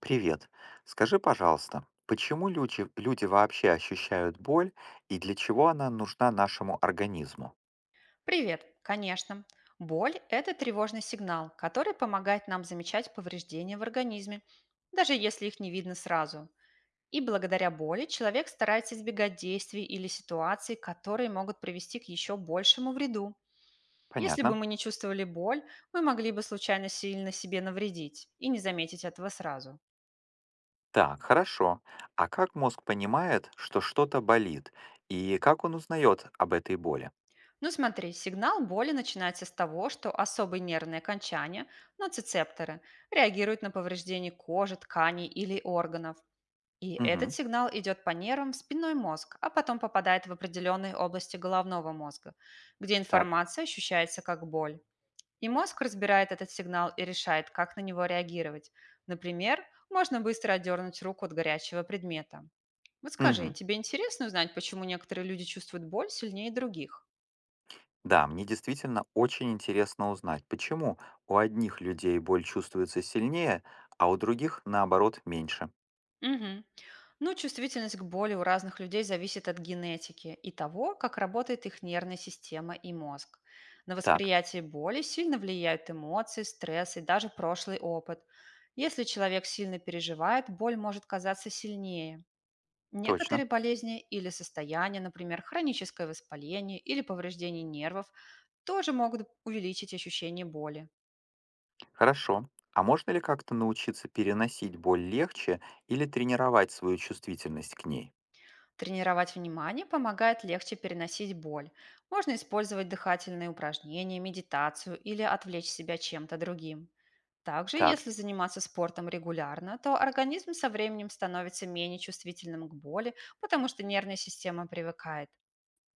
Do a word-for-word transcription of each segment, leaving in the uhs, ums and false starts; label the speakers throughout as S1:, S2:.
S1: Привет. Скажи, пожалуйста, почему люди, люди вообще ощущают боль и для чего она нужна нашему организму?
S2: Привет, конечно. Боль– это тревожный сигнал, который помогает нам замечать повреждения в организме, даже если их не видно сразу. И благодаря боли человек старается избегать действий или ситуаций, которые могут привести к еще большему вреду. Если бы
S1: Понятно.
S2: мы не чувствовали боль, мы могли бы случайно сильно себе навредить и не заметить этого сразу.
S1: Так, хорошо. А как мозг понимает, что что-то болит, и как он узнает об этой боли?
S2: Ну смотри, сигнал боли начинается с того, что особые нервные окончания, ноцицепторы, реагируют на повреждение кожи, тканей или органов. И этот
S1: Угу,
S2: сигнал идет по нервам в спинной мозг, а потом попадает в определенные области головного мозга, где
S1: так.
S2: информация ощущается как боль. И мозг разбирает этот сигнал и решает, как на него реагировать. Например, можно быстро отдернуть руку от горячего предмета. Вот скажи,
S1: Угу.
S2: тебе интересно узнать, почему некоторые люди чувствуют боль сильнее других?
S1: Да, мне действительно очень интересно узнать, почему у одних людей боль чувствуется сильнее, а у других, наоборот, меньше.
S2: Мгм. Ну, чувствительность к боли у разных людей зависит от генетики и того, как работает их нервная система и мозг. На
S1: Так,
S2: восприятие боли сильно влияют эмоции, стресс и даже прошлый опыт. Если человек сильно переживает, боль может казаться сильнее.
S1: точно.
S2: Некоторые болезни или состояния, например, хроническое воспаление или повреждение нервов, тоже могут увеличить ощущение боли.
S1: Хорошо. А можно ли как-то научиться переносить боль легче или тренировать свою чувствительность к ней?
S2: Тренировать внимание помогает легче переносить боль. Можно использовать дыхательные упражнения, медитацию или отвлечь себя чем-то другим. Также,
S1: Так,
S2: если заниматься спортом регулярно, то организм со временем становится менее чувствительным к боли, потому что нервная система привыкает.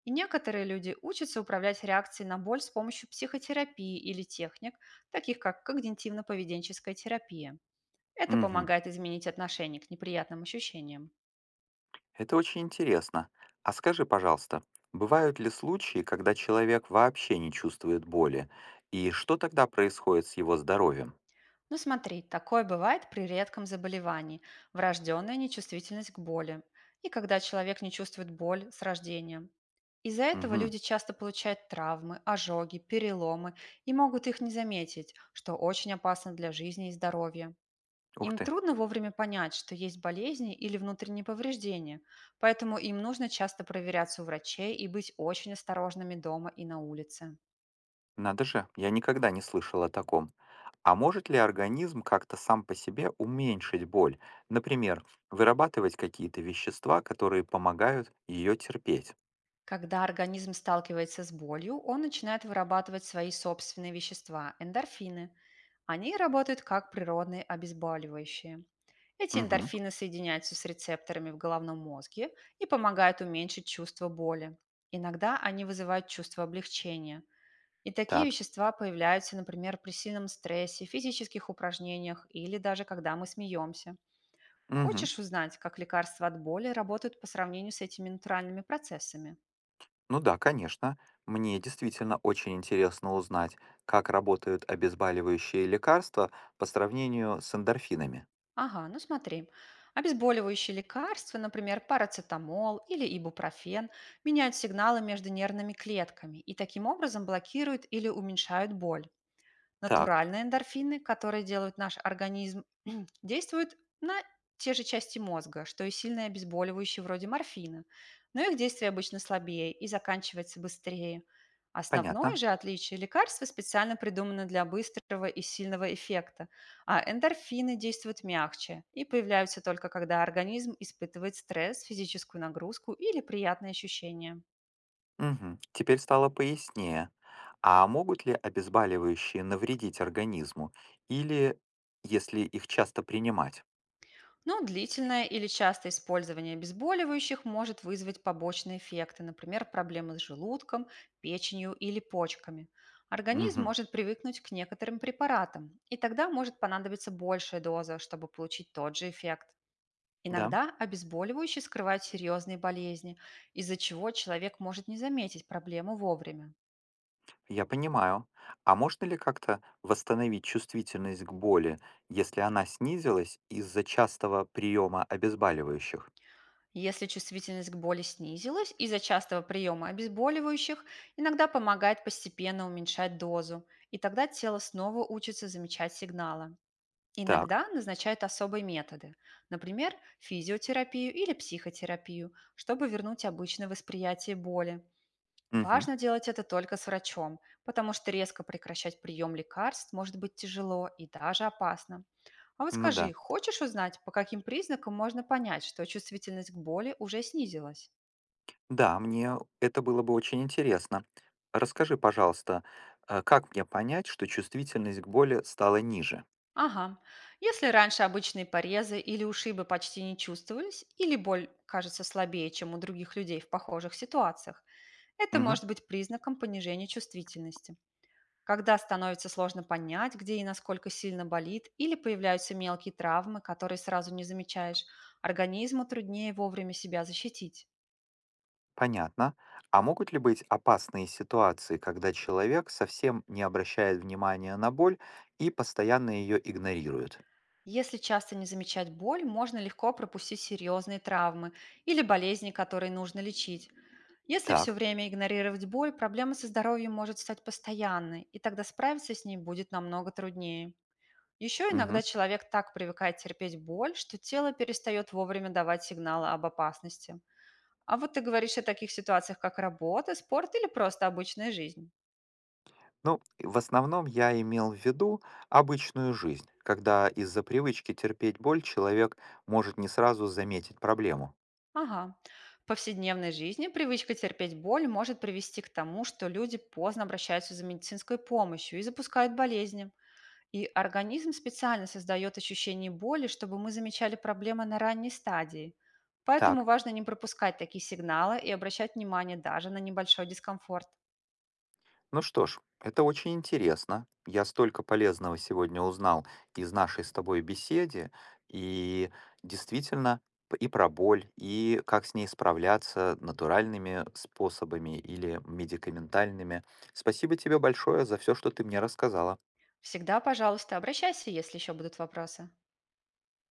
S2: И некоторые люди учатся управлять реакцией на боль с помощью психотерапии или техник, таких как когнитивно-поведенческая терапия. Это
S1: мгм.
S2: помогает изменить отношение к неприятным ощущениям.
S1: Это очень интересно. А скажи, пожалуйста, бывают ли случаи, когда человек вообще не чувствует боли? И что тогда происходит с его здоровьем?
S2: Ну смотри, такое бывает при редком заболевании– врожденная нечувствительность к боли, и когда человек не чувствует боль с рождения. Из-за этого
S1: Угу.
S2: люди часто получают травмы, ожоги, переломы и могут их не заметить, что очень опасно для жизни и здоровья.
S1: Ух
S2: Им
S1: ты,
S2: трудно вовремя понять, что есть болезни или внутренние повреждения, поэтому им нужно часто проверяться у врачей и быть очень осторожными дома и на улице.
S1: надо же, я никогда не слышал о таком. А может ли организм как-то сам по себе уменьшить боль? Например, вырабатывать какие-то вещества, которые помогают ее терпеть?
S2: Когда организм сталкивается с болью, он начинает вырабатывать свои собственные вещества– эндорфины. Они работают как природные обезболивающие. Эти
S1: Угу.
S2: эндорфины соединяются с рецепторами в головном мозге и помогают уменьшить чувство боли. Иногда они вызывают чувство облегчения. И такие
S1: Так.
S2: вещества появляются, например, при сильном стрессе, физических упражнениях или даже когда мы смеемся.
S1: Мгм.
S2: Хочешь узнать, как лекарства от боли работают по сравнению с этими натуральными процессами?
S1: Ну да, конечно. Мне действительно очень интересно узнать, как работают обезболивающие лекарства по сравнению с эндорфинами.
S2: Ага, ну смотри. Обезболивающие лекарства, например, парацетамол или ибупрофен, меняют сигналы между нервными клетками и таким образом блокируют или уменьшают боль.
S1: Так,
S2: Натуральные эндорфины, которые делают наш организм, действуют на те же части мозга, что и сильные обезболивающие вроде морфина, но их действие обычно слабее и заканчивается быстрее. Основное
S1: понятно.
S2: же отличие– лекарства специально придуманы для быстрого и сильного эффекта, а эндорфины действуют мягче и появляются только когда организм испытывает стресс, физическую нагрузку или приятные ощущения.
S1: Мгм. Теперь стало пояснее. А могут ли обезболивающие навредить организму? Или если их часто принимать?
S2: Но длительное или частое использование обезболивающих может вызвать побочные эффекты, например, проблемы с желудком, печенью или почками. Организм
S1: Мгм.
S2: может привыкнуть к некоторым препаратам, и тогда может понадобиться большая доза, чтобы получить тот же эффект.
S1: Да,
S2: Иногда обезболивающие скрывают серьезные болезни, из-за чего человек может не заметить проблему вовремя.
S1: я понимаю. А можно ли как-то восстановить чувствительность к боли, если она снизилась из-за частого приема обезболивающих?
S2: Если чувствительность к боли снизилась из-за частого приема обезболивающих, иногда помогает постепенно уменьшать дозу, и тогда тело снова учится замечать сигналы.
S1: Так.
S2: Иногда назначают особые методы, например, физиотерапию или психотерапию, чтобы вернуть обычное восприятие боли.
S1: Мгм.
S2: Важно делать это только с врачом, потому что резко прекращать прием лекарств может быть тяжело и даже опасно. А вот
S1: Ну
S2: скажи,
S1: да.
S2: хочешь узнать, по каким признакам можно понять, что чувствительность к боли уже снизилась?
S1: Да, мне это было бы очень интересно. Расскажи, пожалуйста, э, как мне понять, что чувствительность к боли стала ниже?
S2: Ага. Если раньше обычные порезы или ушибы почти не чувствовались, или боль кажется слабее, чем у других людей в похожих ситуациях, это
S1: Мгм.
S2: может быть признаком понижения чувствительности. Когда становится сложно понять, где и насколько сильно болит, или появляются мелкие травмы, которые сразу не замечаешь, организму труднее вовремя себя защитить.
S1: Понятно. А могут ли быть опасные ситуации, когда человек совсем не обращает внимания на боль и постоянно ее игнорирует?
S2: Если часто не замечать боль, можно легко пропустить серьезные травмы или болезни, которые нужно лечить. Если все
S1: Так.
S2: время игнорировать боль, проблема со здоровьем может стать постоянной, и тогда справиться с ней будет намного труднее. Еще
S1: Мгм.
S2: иногда человек так привыкает терпеть боль, что тело перестает вовремя давать сигналы об опасности. А вот ты говоришь о таких ситуациях, как работа, спорт или просто обычная жизнь.
S1: Ну, и в основном я имел в виду обычную жизнь, когда из-за привычки терпеть боль человек может не сразу заметить проблему.
S2: Ага. В повседневной жизни привычка терпеть боль может привести к тому, что люди поздно обращаются за медицинской помощью и запускают болезни. И организм специально создает ощущение боли, чтобы мы замечали проблемы на ранней стадии. Поэтому
S1: Так.
S2: важно не пропускать такие сигналы и обращать внимание даже на небольшой дискомфорт.
S1: Ну что ж, это очень интересно. Я столько полезного сегодня узнал из нашей с тобой беседы, и действительно п- и про боль, и как с ней справляться натуральными способами или медикаментальными. Спасибо тебе большое за все, что ты мне рассказала.
S2: Всегда, пожалуйста, обращайся, если еще будут вопросы.